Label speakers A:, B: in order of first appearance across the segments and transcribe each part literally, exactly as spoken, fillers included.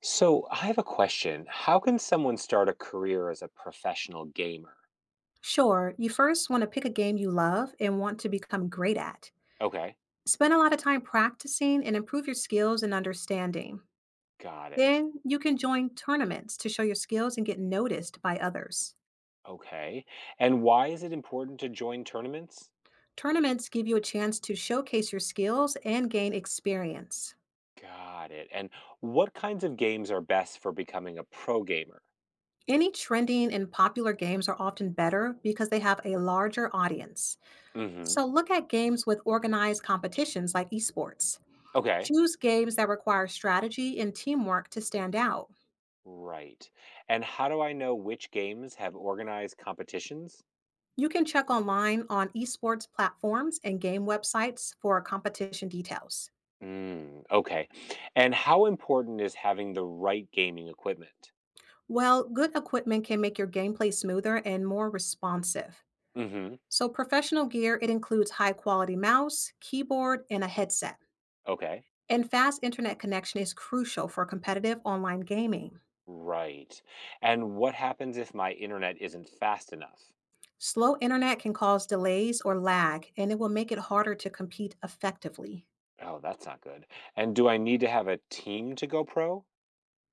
A: So I have a question. How can someone start a career as a professional gamer?
B: Sure, you first want to pick a game you love and want to become great at.
A: Okay,
B: Spend a lot of time practicing and improve your skills and understanding.
A: got it.
B: Then you can join tournaments to show your skills and get noticed by others.
A: Okay. And why is it important to join tournaments?
B: Tournaments give you a chance to showcase your skills and gain experience.
A: Got it. And what kinds of games are best for becoming a pro gamer?
B: Any trending and popular games are often better because they have a larger audience.
A: Mm-hmm.
B: So look at games with organized competitions like esports.
A: Okay.
B: Choose games that require strategy and teamwork to stand out.
A: Right. And how do I know which games have organized competitions?
B: You can check online on esports platforms and game websites for competition details.
A: Mm, okay. And how important is having the right gaming equipment?
B: Well, good equipment can make your gameplay smoother and more responsive.
A: Mm-hmm.
B: So, professional gear it includes high-quality mouse, keyboard, and a headset.
A: Okay.
B: And fast internet connection is crucial for competitive online gaming.
A: Right. And what happens if my internet isn't fast enough?
B: Slow internet can cause delays or lag, and it will make it harder to compete effectively.
A: Oh, that's not good. And do I need to have a team to go pro?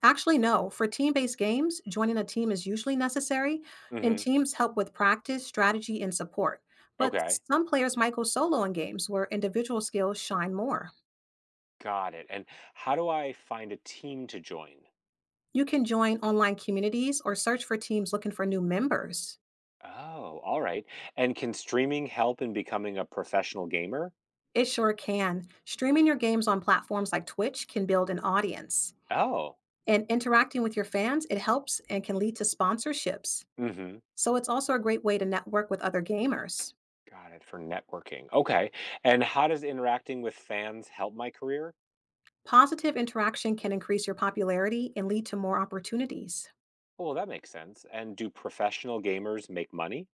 B: Actually, no. For team-based games, joining a team is usually necessary, and
A: Hmm.
B: teams help with practice, strategy, and support. But
A: Okay.
B: some players might go solo in games where individual skills shine more.
A: Got it. And how do I find a team to join?
B: You can join online communities or search for teams looking for new members.
A: Oh, all right. And can streaming help in becoming a professional gamer?
B: It sure can. Streaming your games on platforms like Twitch can build an audience.
A: Oh.
B: And interacting with your fans, it helps and can lead to sponsorships.
A: Hmm.
B: So it's also a great way to network with other gamers.
A: Got it. For networking. Okay. And how does interacting with fans help my career?
B: Positive interaction can increase your popularity and lead to more opportunities.
A: Oh, that makes sense. And do professional gamers make money?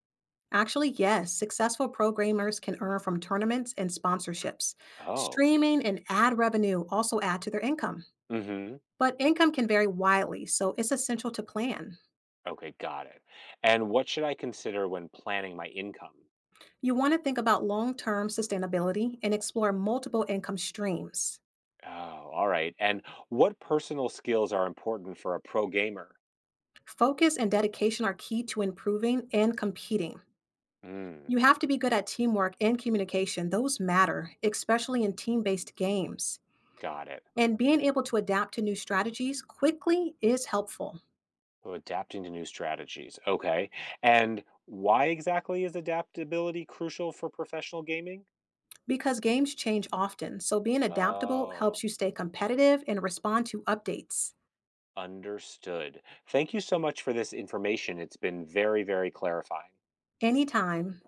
B: Actually, yes, successful programmers can earn from tournaments and sponsorships.
A: Oh.
B: Streaming and ad revenue also add to their income.
A: Hmm.
B: But income can vary widely, so it's essential to plan.
A: Okay, got it. And what should I consider when planning my income?
B: You want to think about long term sustainability and explore multiple income streams.
A: Oh, all right. And what personal skills are important for a pro gamer?
B: Focus and dedication are key to improving and competing.
A: Mm,
B: You have to be good at teamwork and communication, those matter, especially in team based games.
A: got it.
B: And being able to adapt to new strategies quickly is helpful
A: So adapting to new strategies. Okay. And why exactly is adaptability crucial for professional gaming?
B: because games change often. So being adaptable
A: Oh,
B: helps you stay competitive and respond to updates.
A: understood. Thank you so much for this information. It's been very, very clarifying.
B: Anytime.